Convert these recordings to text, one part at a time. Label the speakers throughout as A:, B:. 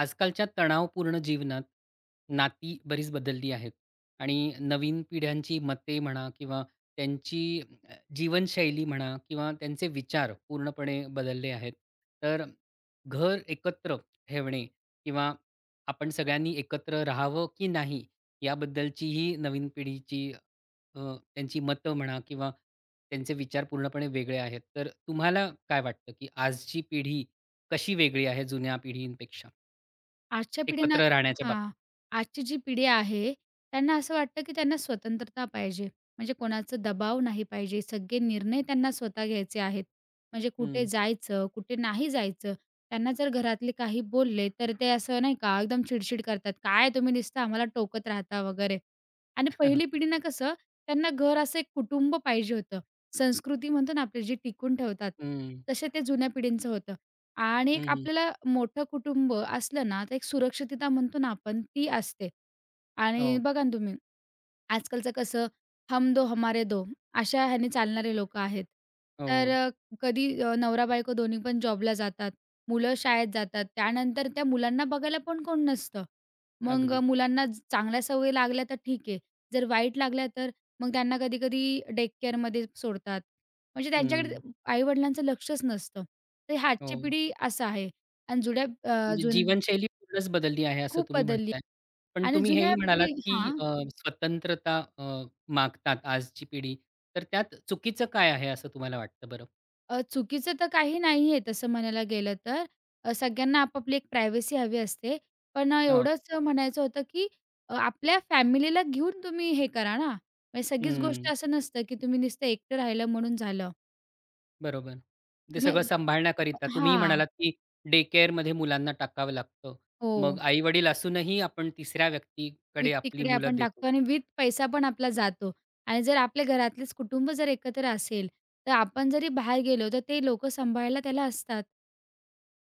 A: आजकालच्या तणावपूर्ण जीवनात नाती बरीच बदलली आहेत आणि नवीन पिढ्यांची मते म्हणा किंवा त्यांची जीवनशैली म्हणा किंवा त्यांचे विचार पूर्णपणे बदलले आहेत. तर घर एकत्र ठेवणे किंवा आपण सगळ्यांनी एकत्र राहावं की नाही याबद्दलचीही नवीन पिढीची अ, त्यांची मतं म्हणा किंवा त्यांचे विचार पूर्णपणे वेगळे आहेत. तर तुम्हाला काय वाटतं की आजची पिढी कशी वेगळी आहे जुन्या पिढींपेक्षा?
B: आजच्या पिढींना
A: एकत्र राहण्याच्या
B: हां.
A: बाबतीत.
B: आजची जी पिढी आहे, त्यांना असं वाटतं, की त्यांना स्वतंत्रता पाहिजे. म्हणजे कोणाचा दबाव नाही पाहिजे. सगळे निर्णय त्यांना स्वतः घ्यायचे आहेत. म्हणजे कुठे
A: हं.
B: जायचं, कुठे नाही जायचं. त्यांना जर घरातले काही बोलले, तर ते असं नाही का एकदम चिडचिड करतात. "काय तुम्ही नुसतं आम्हाला टोकत राहता" वगैरे. आणि पहिली पिढीनं कसं त्यांना घर असं एक कुटुंब पाहिजे होतं. संस्कृती म्हणतो ना आपली जी टिकून ठेवतात,
A: हं,
B: तसे ते जुन्या पिढींचं होतं. आणि
A: हं,
B: एक
A: हं.
B: आपल्याला मोठं कुटुंब असलं ना, तर एक सुरक्षितता म्हणतो ना आपण, ती असते. आणि
A: हो,
B: बघा ना तुम्ही, आजकालचं कसं हम दो हमारे दो अशा ह्याने चालणारे लोकं आहेत.
A: हो.
B: तर कधी नवरा-बायको दोन्ही पण जॉबला जातात. मुलं शाळेत जातात. त्यानंतर त्या मुलांना बघायला पण कोण नसतं. मग
A: अगदी.
B: मुलांना चांगल्या सवयी लागल्या तर ठीक आहे. जर वाईट लागल्या तर मग त्यांना कधी-कधी डे केअरमध्ये सोडतात. म्हणजे त्यांच्याकडे
A: हं,
B: आई-वडिलांचं लक्षच नसतं. तर ही
A: हो.
B: आजची पिढी असं आहे आणि जुन्या
A: म्हणजे
B: अजून
A: जीवनशैली पूर्णच बदलली आहे असं
B: खूप
A: तुम्ही
B: बदलली
A: म्हणताय. पण
B: आणि
A: तुम्ही
B: जुन्या
A: हेही म्हणालात,
B: पिढी
A: की
B: हां.
A: स्वतंत्रता मागतात आजची पिढी. तर त्यात चुकीचं काय आहे असं तुम्हाला वाटतं बरं?
B: चुकीचं तर काही नाही आहे तसं म्हणायला गेलं तर. सगळ्यांना आपापली एक प्रायव्हसी हवी असते. पण
A: हो.
B: एवढंच म्हणायचं होतं, की आपल्या फॅमिलीला घेऊन तुम्ही हे करा ना. म्हणजे सगळीच गोष्ट
A: हं,
B: असं नसतं, की तुम्ही नुसतं एकटं राहिलं म्हणून झालं.
A: बरोबर. ते सगळं
B: तुम्ही
A: सांभाळण्याकरिता तुम्हीही
B: हां.
A: म्हणालात, की डे केअरमध्ये मुलांना टाकावं लागतं.
B: हो.
A: मग आई-वडील असूनही आपण तिसऱ्या व्यक्तीकडे आपली
B: व्यक्तीकडे
A: मुलं
B: आपण
A: देतो.
B: टाकतो आणि विथ पैसा पण आपला जातो. आणि जर आपल्या घरातलेच कुटुंब जर एकत्र असेल, तर आपण जरी बाहेर गेलो, तर ते लोकं सांभाळायला त्याला असतात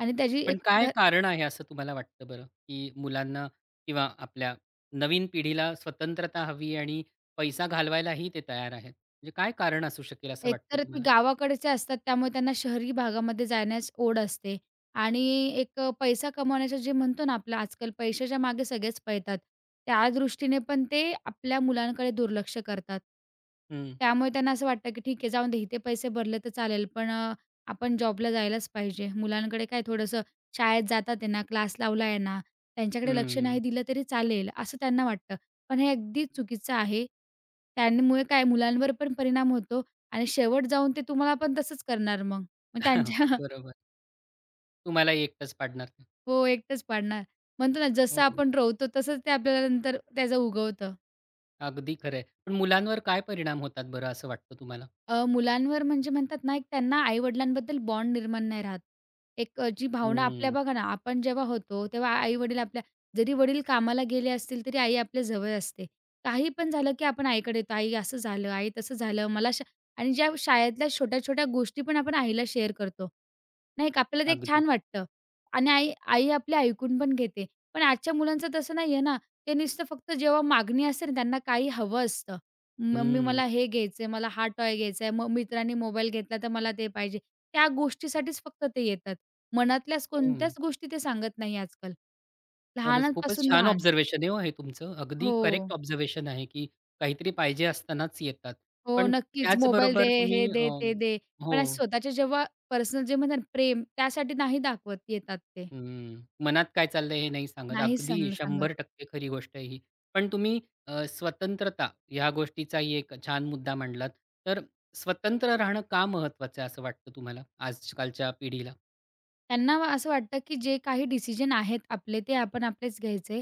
B: आणि त्याची
A: पण
B: एक
A: काय कारण आहे असं तुम्हाला वाटतं बरं, की मुलांना किंवा आपल्या नवीन पिढीला स्वतंत्रता हवी आणि पैसा घालवायलाही ते तयार आहेत. म्हणजे काय कारण असू शकेल असं वाटतं
B: एकतर ती
A: तुम्हाला?
B: गावाकडचे असतात, त्यामुळे त्यांना शहरी भागामध्ये जाण्यास ओढ असते आणि एक पैसा कमवण्याचं जे म्हणतो ना आपलं आजकाल पैशाच्या मागे सगळेच पळतात. त्या दृष्टीने पण ते आपल्या मुलांकडे दुर्लक्ष करतात.
A: हं,
B: त्यामुळे त्यांना असं वाटतं, की ठीक आहे जाऊन दे, इथे पैसे भरले तर चालेल, पण आपण जॉबला जायलाच पाहिजे. मुलांकडे काय थोडंसं शाळेत जातात आहे ना, क्लास लावला आहे ना, त्यांच्याकडे लक्ष
A: हं.
B: नाही दिलं तरी चालेल, असं त्यांना वाटतं. पण हे अगदी चुकीचं आहे. त्यामुळे काय मुलांवर पण परिणाम होतो आणि शेवट जाऊन ते तुम्हाला पण तसंच करणार मग. मग त्यांच्या
A: बरोबर. तुम्हाला एकटंच पाडणार ते.
B: हो, एकटंच पाडणार. म्हणतो ना
A: हो,
B: जसं आपण
A: हो.
B: रोवतो तसंच ते आपल्याला नंतर त्याचं उगवतं.
A: अगदी खरं पण मुलांवर काय परिणाम होतात बरं असं वाटतं तुम्हाला?
B: मुलांवर म्हणजे म्हणतात ना, एक त्यांना आई-वडिलांबद्दल बॉन्ड निर्माण नाही राहत. एक जी भावना आपल्या
A: हं,
B: बघा ना, आपण जेव्हा होतो तेव्हा आई-वडील आपल्या जरी वडील कामाला गेले असतील, तरी आई आपल्या जवळ असते. काही पण झालं, की आपण आईकडे येतो. आई असं झालं, आई तसं झालं, मला शा आणि ज्या शाळेतल्या छोट्या-छोट्या गोष्टी पण आपण आईला शेअर करतो. नाही का, आपल्याला ते एक
A: अगदी.
B: छान वाटतं आणि आई आई आपले ऐकून पण घेते. पण आजच्या मुलांचं तसं नाहीये ना. ते नुसतं फक्त जेव्हा मागणी असते ना, त्यांना काही हवं असतं. मम्मी
A: हं,
B: मला हे घ्यायचंय, मला हा टॉय घ्यायचाय, मग मित्रांनी मोबाईल घेतला तर मला ते पाहिजे. त्या गोष्टीसाठीच फक्त ते येतात. मनातल्याच
A: हं.
B: कोणत्याच गोष्टी ते सांगत नाही आजकाल.
A: खरंच खूपच
B: लहानांपासून
A: छान
B: लहान.
A: ऑब्झर्वेशन आहे हो हे तुमचं. अगदी
B: हो,
A: करेक्ट ऑब्झर्वेशन आहे, की काहीतरी पाहिजे असतानाच येतात.
B: हो,
A: पण
B: नक्कीच. मोबाईल दे,
A: त्याचबरोबर तुम्ही
B: हे दे, ते दे.
A: हो,
B: पण असे स्वतःचे जेव्हा पर्सनल जे म्हणतात ना प्रेम त्यासाठी नाही दाखवत येतात ते.
A: हं, मनात काय चाललंय हे नाही सांगत.
B: नाही
A: अगदी
B: सांग सांगत.
A: 100% खरी गोष्ट आहे ही. पण तुम्ही स्वतंत्रता ह्या गोष्टीचाही एक छान मुद्दा मांडलात. तर स्वतंत्र राहणं का महत्वाचं आहे असं वाटतं तुम्हाला आजकालच्या पिढीला?
B: असं वाटतं, की जे काही डिसिजन आहेत आपले, ते आपण आपलेच घ्यायचे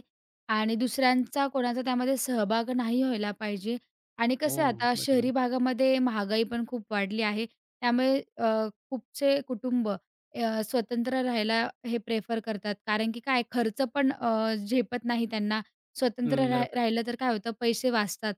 B: आणि दुसऱ्यांचा कोणाचा त्यामध्ये सहभाग नाही व्हायला पाहिजे. आणि कसं आहे
A: हो,
B: आता
A: बरोबर.
B: शहरी भागामध्ये महागाई पण खूप वाढली आहे. त्यामुळे खूपसे कुटुंब स्वतंत्र राहायला हे प्रेफर करतात. कारण की काय खर्च पण झेपत नाही त्यांना. स्वतंत्र
A: हं,
B: राह
A: बरोबर.
B: राहिलं तर काय होतं पैसे वाचतात.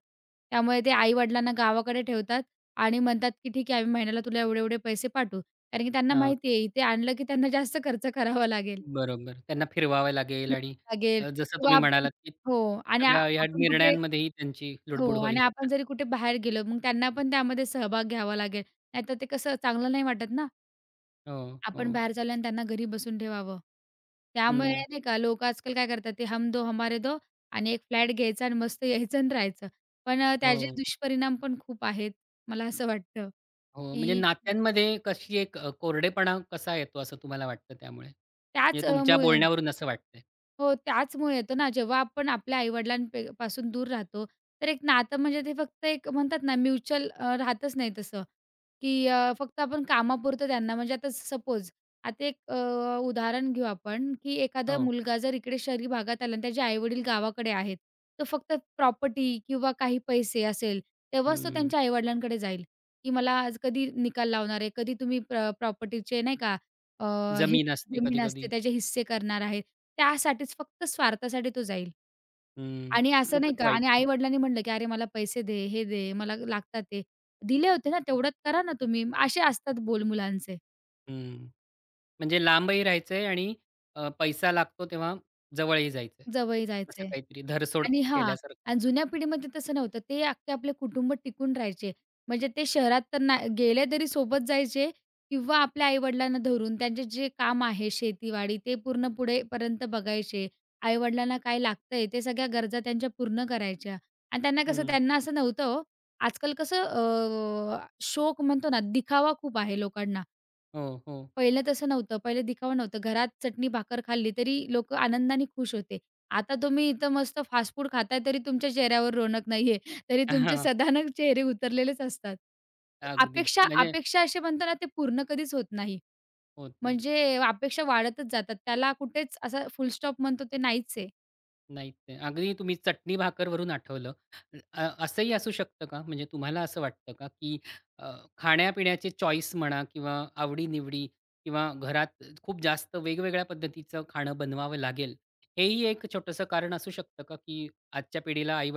B: त्यामुळे ते आई-वडिलांना गावाकडे ठेवतात आणि म्हणतात, की "ठीक आहे, आम्ही महिन्याला तुला एवढे-एवढे पैसे पाठवू." कारण की त्यांना माहिती आहे इथे आणलं की त्यांना जास्त खर्च करावा लागेल
A: बरोबर. त्यांना फिरवावं लागेल आणि
B: लागेल
A: जसं
B: किंवा
A: तुम्ही
B: आपण
A: म्हणालात, की
B: हो आणि आ
A: सगळ्या ह्या
B: आपण कुठे
A: निर्णयांमध्येही त्यांची
B: हो
A: लुडबुड होईल.
B: आणि आपण जरी कुठे बाहेर गेलो, मग त्यांना पण त्यामध्ये सहभाग घ्यावा लागेल. नाहीतर ते कसं चांगलं नाही वाटत ना,
A: हो,
B: आपण
A: हो.
B: बाहेर चाललोय आणि त्यांना घरी बसून ठेवावं. त्यामुळे
A: हं.
B: नाही का लोकं आजकाल काय करतात ते हम दो हमारे दो आणि एक फ्लॅट घ्यायचा आणि मस्त यायचं आणि राहायचं. पण त्याचे
A: हो,
B: दुष्परिणाम पण खूप आहेत. मला असं वाटतं,
A: हो. म्हणजे
B: की
A: नात्यांमध्ये कशी एक कोरडेपणा कसा येतो असं तुम्हाला वाटतं त्यामुळे?
B: त्याच
A: म्हणजे तुमच्या
B: मुळे
A: बोलण्यावरून असं वाटतंय?
B: हो, त्याचमुळे येतो ना, जेव्हा आपण आपल्या आई-वडिलांपे दूर राहतो, तर एक नातं म्हणजे ते फक्त एक म्हणतात ना, म्युच्युअल राहतच नाही तसं, की फक्त आपण कामापुरतं त्यांना म्हणजे आता सपोज आता एक उदाहरण घेऊ आपण, की एखादा
A: हो.
B: मुलगा जर इकडे शहरी भागात आला आणि त्याचे आई गावाकडे आहेत, तर फक्त प्रॉपर्टी किंवा काही पैसे असेल, तेव्हाच तो
A: हं.
B: त्यांच्या आई जाईल, की मला आज कधी निकाल लावणार आहे, कधी तुम्ही प्रॉपर्टीचे नाही का अ, हे
A: जमीन असते
B: जमीन
A: कधी-कधी.
B: असते त्याचे हिस्से करणार आहे. त्यासाठीच, फक्त स्वार्थासाठी तो जाईल.
A: हं.
B: आणि असं
A: खूपच
B: नाही का आणि
A: वाईट.
B: आई-वडिलांनी म्हटलं, की "अरे, मला पैसे दे, हे दे, मला लागतात ते." दिले होते ना, तेवढ्यात करा ना तुम्ही. असे असतात बोल मुलांचे.
A: हं. म्हणजे लांबही राहायचंय आणि पैसा लागतो तेव्हा जवळही जायचंय.
B: जवळ
A: असं
B: जायचे.
A: काहीतरी धरसोड
B: आणि हा,
A: केल्यासारखं.
B: आणि जुन्या पिढीमध्ये तसं नव्हतं. ते अख्खे आपले कुटुंब टिकून राहायचे. म्हणजे ते शहरात तर नाही गेले तरी सोबत जायचे किंवा आपल्या आई-वडिलांना धरून त्यांचे जे काम आहे शेतीवाडी ते पूर्ण पुढेपर्यंत बघायचे. आई काय लागतंय ते सगळ्या गरजा त्यांच्या पूर्ण करायच्या. आणि त्यांना कसं
A: हं.
B: त्यांना असं नव्हतं हो. आजकाल कसं शौक म्हणतो ना, दिखावा खूप आहे लोकांना.
A: हो, हो.
B: पहिलं तसं नव्हतं. पहिलं दिखावा नव्हतं. घरात चटणी-भाकर खाल्ली तरी लोक आनंदाने खुश होते. आता तुम्ही इथं मस्त फास्ट फूड खाताय तरी तुमच्या चेहऱ्यावर रोनक नाहीये. तरी तुमचे सधानक चेहरे उतरलेलेच असतात.
A: अगदी.
B: अपेक्षा
A: म्हणजे
B: अपेक्षा असे म्हणतो ना, ते पूर्ण कधीच होत नाही.
A: होत नाही.
B: म्हणजे अपेक्षा वाढतच जातात. त्याला कुठेच असा फुल स्टॉप म्हणतो ते नाहीच आहे.
A: नाहीत ते. अगदी तुम्ही चटणी भाकरवरून आठवलं. असंही असू शकतं का? म्हणजे तुम्हाला असं वाटतं का, की अ, खाण्यापिण्याचे चॉईस म्हणा किंवा आवडी-निवडी किंवा घरात खूप जास्त वेगवेगळ्या पद्धतीचं खाणं बनवावं लागेल, हेही एक छोटंसं कारण असू शकतं का, की आजच्या पिढीला आई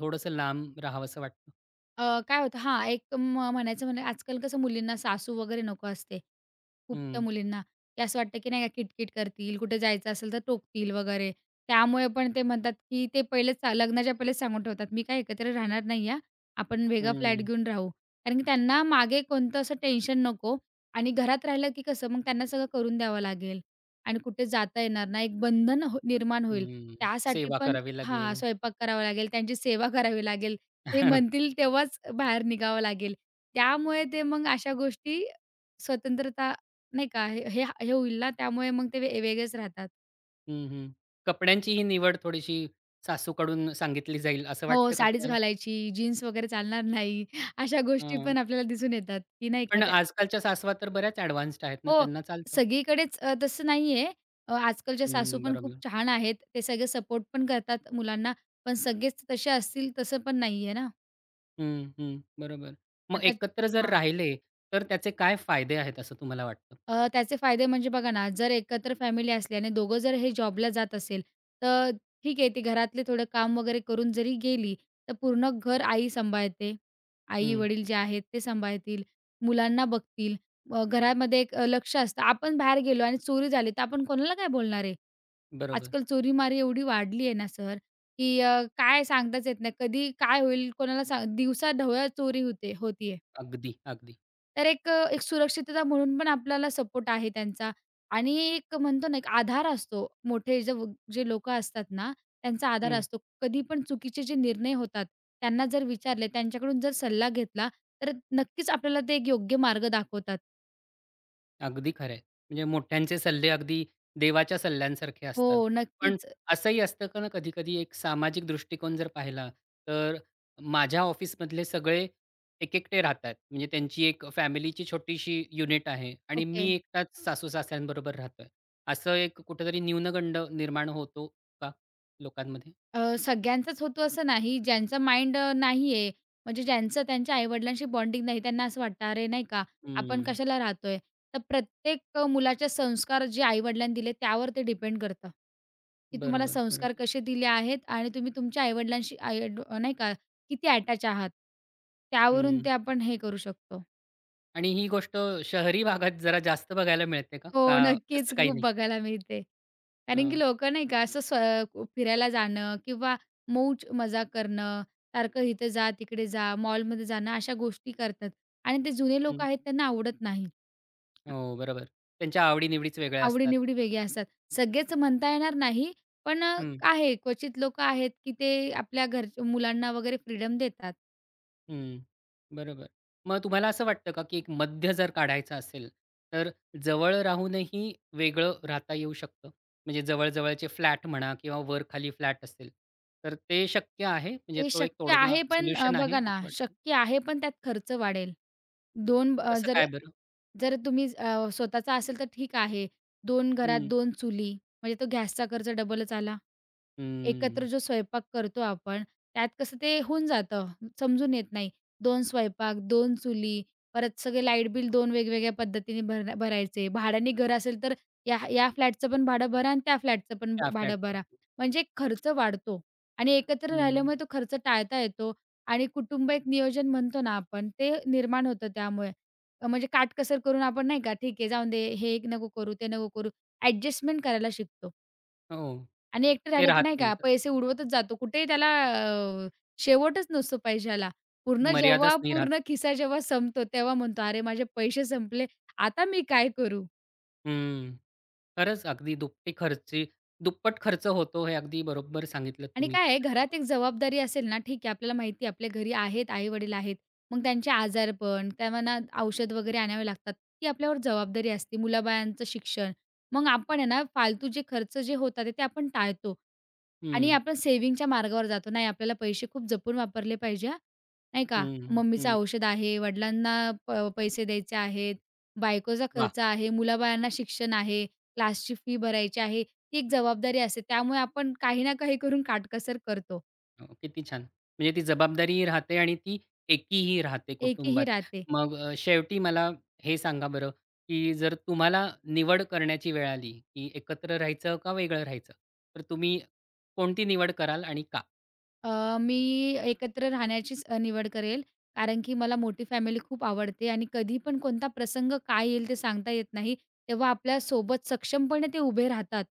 A: थोडंसं लांब राहावंसं वाटतं?
B: काय होतं हां, एक म्हणायचं म्हणजे आजकाल कसं मुलींना सासू वगैरे नको असते. खूप त्या
A: हं,
B: मुलींना, की असं वाटतं की नाही का किटकिट करतील, कुठे जायचं असेल तर टोकतील वगैरे. त्यामुळे पण ते म्हणतात की ते लग्नाच्या पहिलेच सांगून ठेवतात, "मी काय एकत्र राहणार नाही हां, आपण वेगळा फ्लॅट
A: हं,
B: घेऊन राहू." कारण की त्यांना मागे कोणतं असं टेन्शन नको आणि घरात राहिलं की कसं मग त्यांना सगळं करून द्यावं लागेल आणि कुठे जाता येणार नाही, एक बंधन हो निर्माण होईल.
A: हं.
B: त्यासाठी
A: सेवा
B: पण
A: करावी
B: हां,
A: लागेल.
B: स्वयंपाक करावा लागेल, त्यांची सेवा करावी लागेल. ते म्हणतील तेव्हाच बाहेर निघावं लागेल. त्यामुळे ते मग अशा गोष्टी स्वतंत्रता नाही का, हे हे हे होईल ना, त्यामुळे मग ते वेगळेच राहतात.
A: हं, हं. कपड्यांची ही निवड थोडीशी सासूकडून सांगितली जाईल असं
B: हो,
A: वाटतं का
B: साडीच
A: तुम्हाला?
B: घालायची, जीन्स वगैरे चालणार नाही. अशा गोष्टी
A: हं.
B: पण आपल्याला दिसून येतात, की नाही का
A: पण
B: त्या
A: आजकालच्या सासवा तर बऱ्याच ॲडव्हान्स्ड आहेत ना,
B: हो,
A: त्यांना चालतं.
B: सगळीकडेच तसं नाहीये. आजकालच्या सासू
A: हं,
B: पण खूप
A: बरोबर.
B: छान आहेत. ते सगळे सपोर्ट पण करतात मुलांना, पण सगळेच तसे असतील तसं पण नाहीये ना.
A: हं, हं. बरोबर. मग
B: आता
A: एकत्र जर राहिले, तर त्याचे काय फायदे आहेत असं तुम्हाला वाटतं?
B: त्याचे फायदे म्हणजे बघा ना, जर एकत्र फॅमिली असली आणि दोघं जर हे जॉबला जात असेल, तर ठीक आहे, ती घरातले थोडं काम वगैरे करून जरी गेली, तर पूर्ण घर आई सांभाळते.
A: हं,
B: आई-वडील जे आहेत ते सांभाळतील, मुलांना बघतील. घरामध्ये एक लक्ष असतं. आपण बाहेर गेलो आणि चोरी झाली, तर आपण कोणाला काय बोलणार आहे?
A: बरोबर.
B: आजकाल चोरीमारी एवढी वाढली आहे ना सर, की काय सांगताच येत नाही. कधी काय होईल कोणाला सांग दिवसा ढवळ्या चोरी होते होती
A: अगदी, अगदी.
B: तर एक एक सुरक्षितता म्हणून पण आपल्याला सपोर्ट आहे त्यांचा आणि एक म्हणतो ना, एक आधार असतो. मोठे जे लोकं असतात ना, त्यांचा आधार
A: हं.
B: असतो. कधी पण चुकीचे जे निर्णय होतात, त्यांना जर विचारले, त्यांच्याकडून जर सल्ला घेतला, तर नक्कीच आपल्याला ते एक योग्य मार्ग दाखवतात.
A: अगदी खरं आहे. म्हणजे मोठ्यांचे सल्ले अगदी देवाच्या सल्ल्यांसारखे
B: हो,
A: असतात. पण
B: नक्कीच.
A: असंही असतं का ना कधी-कधी एक सामाजिक दृष्टिकोन जर पाहिला, तर माझ्या ऑफिसमधले सगळे एकेकटे राहतात. म्हणजे त्यांची एक फॅमिलीची छोटीशी युनिट आहे आणि
B: ओके.
A: मी एकटाच सासू-सासऱ्यांबरोबर राहतोय. असं एक कुठेतरी न्यूनगंड निर्माण होतो का लोकांमध्ये?
B: सगळ्यांचाच होतो असं नाही. ज्यांचा माइंड नाहीये, म्हणजे ज्यांचं त्यांच्या आई-वडिलांशी बॉन्डिंग नाही, त्यांना असं वाटतं, "अरे, नाही का, आपण
A: हं.
B: कशाला राहतोय?" तर प्रत्येक मुलाचे संस्कार जे आई दिले, त्यावर ते डिपेंड करतं, की तुम्हाला
A: बरोबर,
B: संस्कार
A: बरोबर.
B: कसे दिले आहेत आणि तुम्ही तुमच्या आई आई नाही का, किती अटॅच आहात, त्यावरून
A: हं.
B: ते आपण हे करू शकतो.
A: आणि ही गोष्ट शहरी भागात जरा जास्त बघायला मिळते का?
B: हो,
A: का
B: नक्कीच
A: तसं काही
B: खूप
A: नाही?
B: बघायला मिळते. कारण की लोकं नाही का असं स्व फिरायला जाणं किंवा मौज मजा करणं, सारखं इथं जा, तिकडे जा, मॉलमध्ये जाणं अशा गोष्टी करतात आणि ते जुने लोकं आहेत त्यांना आवडत नाही.
A: हो, बरोबर. त्यांच्या आवडी-निवडीच वेगळ्या असतात.
B: आवडी-निवडी वेगळ्या असतात. सगळेच म्हणता येणार नाही, पण
A: हं,
B: आहे क्वचित लोकं आहेत की ते आपल्या घरच्या मुलांना वगैरे फ्रीडम देतात.
A: हं. बरोबर. मग तुम्हाला असं वाटतं का, की एक मध्य जर काढायचा असेल, तर जवळ राहूनही वेगळं राहता येऊ शकतं? म्हणजे जवळ-जवळचे फ्लॅट म्हणा किंवा वर-खाली फ्लॅट असेल, तर ते शक्य आहे? म्हणजे
B: हे
A: तो एक
B: शक्य
A: तोडगा
B: आहे पण
A: सोल्युशन आहे
B: बघा ना,
A: असं वाटतं?
B: शक्य आहे पण त्यात खर्च वाढेल. दोन
A: कसं
B: जर
A: काय बरं?
B: जर तुम्ही स्वतःचा असेल तर ठीक आहे. दोन घरात
A: हं,
B: दोन चुली म्हणजे तो गॅसचा खर्च डबलच आला. एकत्र
A: हं.
B: जो स्वयंपाक करतो आपण, त्यात कसं ते होऊन जातं, समजून येत नाही. दोन स्वयंपाक, 2 चुली, परत सगळे लाईट बिल 2 वेगवेगळ्या पद्धतीने भरायचे. भाड्याने घर असेल तर या या फ्लॅटचं पण भाडं भरा आणि त्या फ्लॅटचं पण
A: त्या
B: भाडं
A: फ्लॅटचं.
B: भरा. म्हणजे खर्च वाढतो आणि एकत्र
A: हं.
B: राहिल्यामुळे तो खर्च टाळता येतो आणि कुटुंब एक नियोजन म्हणतो ना आपण, ते निर्माण होतं त्यामुळे. म्हणजे काटकसर करून आपण नाही का, ठीक आहे, जाऊन दे, हे एक नको करू, ते नको करू, ॲडजस्टमेंट करायला शिकतो.
A: हो.
B: आणि एकटं
A: ते
B: राहिलं की
A: राहत
B: नाही
A: नाही.
B: का पैसे उडवतच जातो. कुठेही त्याला शेवटच नसतो पैशाला. पूर्ण जेव्हा
A: मर्यादाच नाही राहत.
B: पूर्ण खिसा जेव्हा संपतो, तेव्हा म्हणतो, "अरे माझे पैसे संपले, आता मी काय करू?"
A: हं. खरंच अगदी दुपटी खर्ची दुप्पट खर्च होतो हे अगदी बरोबर सांगितलं
B: आणि
A: तुम्ही.
B: काय आहे घरात एक जबाबदारी असेल ना, ठीक आहे आपल्याला माहिती आहे आपल्या घरी आहेत, आई-वडील आहेत. मग त्यांचे आजारपण, त्यांना औषध वगैरे आणावे लागतात. ती आपल्यावर जबाबदारी असते. मुलाबाळांचं शिक्षण. मग आपण आहे ना फालतू जे खर्च जे होतात ते आपण टाळतो. आणि
A: हं,
B: आपण सेव्हिंगच्या मार्गावर जातो. नाही आपल्याला पैसे खूप जपून वापरले पाहिजे हां, नाही का.
A: हं,
B: मम्मीचं
A: हं.
B: औषध आहे, वडिलांना प पैसे द्यायचे आहेत, बायकोचा
A: वाह!
B: खर्च आहे, मुलाबाळांना शिक्षण आहे, क्लासची फी भरायची आहे. ती एक जबाबदारी असते. त्यामुळे आपण काही ना काही करून काटकसर करतो.
A: किती छान. म्हणजे ती जबाबदारीही राहते आणि ती एकीही राहते
B: एकीही
A: कुटुंबात.
B: राहते.
A: मग शेवटी मला हे सांगा बरं, की जर तुम्हाला निवड करण्याची वेळ आली, की एकत्र राहायचं का वेगळं राहायचं, तर तुम्ही कोणती निवड कराल आणि का?
B: मी एकत्र राहण्याचीच निवड करेल. कारण की मला मोठी फॅमिली खूप आवडते आणि कधी पण कोणता प्रसंग काय येईल ते सांगता येत नाही. तेव्हा आपल्यासोबत सक्षमपणे ते उभे राहतात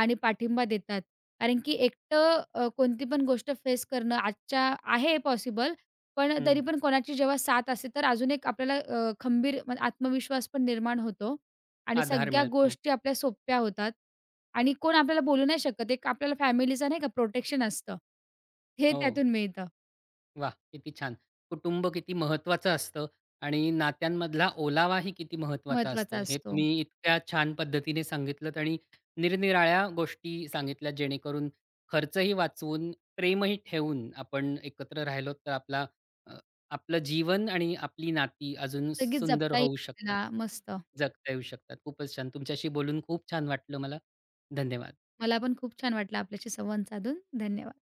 B: आणि पाठिंबा देतात. कारण की एकटं कोणती पण गोष्ट फेस करणं आजच्या आहे पॉसिबल, पण
A: हं.
B: तरी पण कोणाची जेव्हा साथ असते, तर अजून एक आपल्याला खंबीर आत्मविश्वास पण निर्माण होतो. आणि
A: आधार
B: सगळ्या
A: मिळतो.
B: गोष्टी आपल्या सोप्या होतात आणि कोण आपल्याला बोलू नाही शकत. एक आपल्याला फॅमिलीचं नाही का प्रोटेक्शन असतं. हे
A: हो.
B: त्यातून मिळतं.
A: वा। किती छान. कुटुंब किती महत्त्वाचं असतं आणि नात्यांमधला ओलावाही किती महत्त्वाचा
B: महत्वाचा
A: असतो, हे
B: असतो.
A: तुम्ही इतक्या छान पद्धतीने सांगितलत आणि निरनिराळ्या गोष्टी सांगितल्या, जेणेकरून खर्चही वाचवून, प्रेमही ठेवून आपण एकत्र राहिलो, तर आपला अ, आपलं जीवन आणि आपली नाती अजून
B: सगळीच
A: सुंदर
B: जपता येईल
A: होऊ शकतात.
B: आपल्याला. मस्त.
A: जगता येऊ शकतात. खूपच छान. तुमच्याशी बोलून खूप छान वाटलं मला. धन्यवाद.
B: मला पण खूप छान वाटलं आपल्याशी संवाद साधून. धन्यवाद.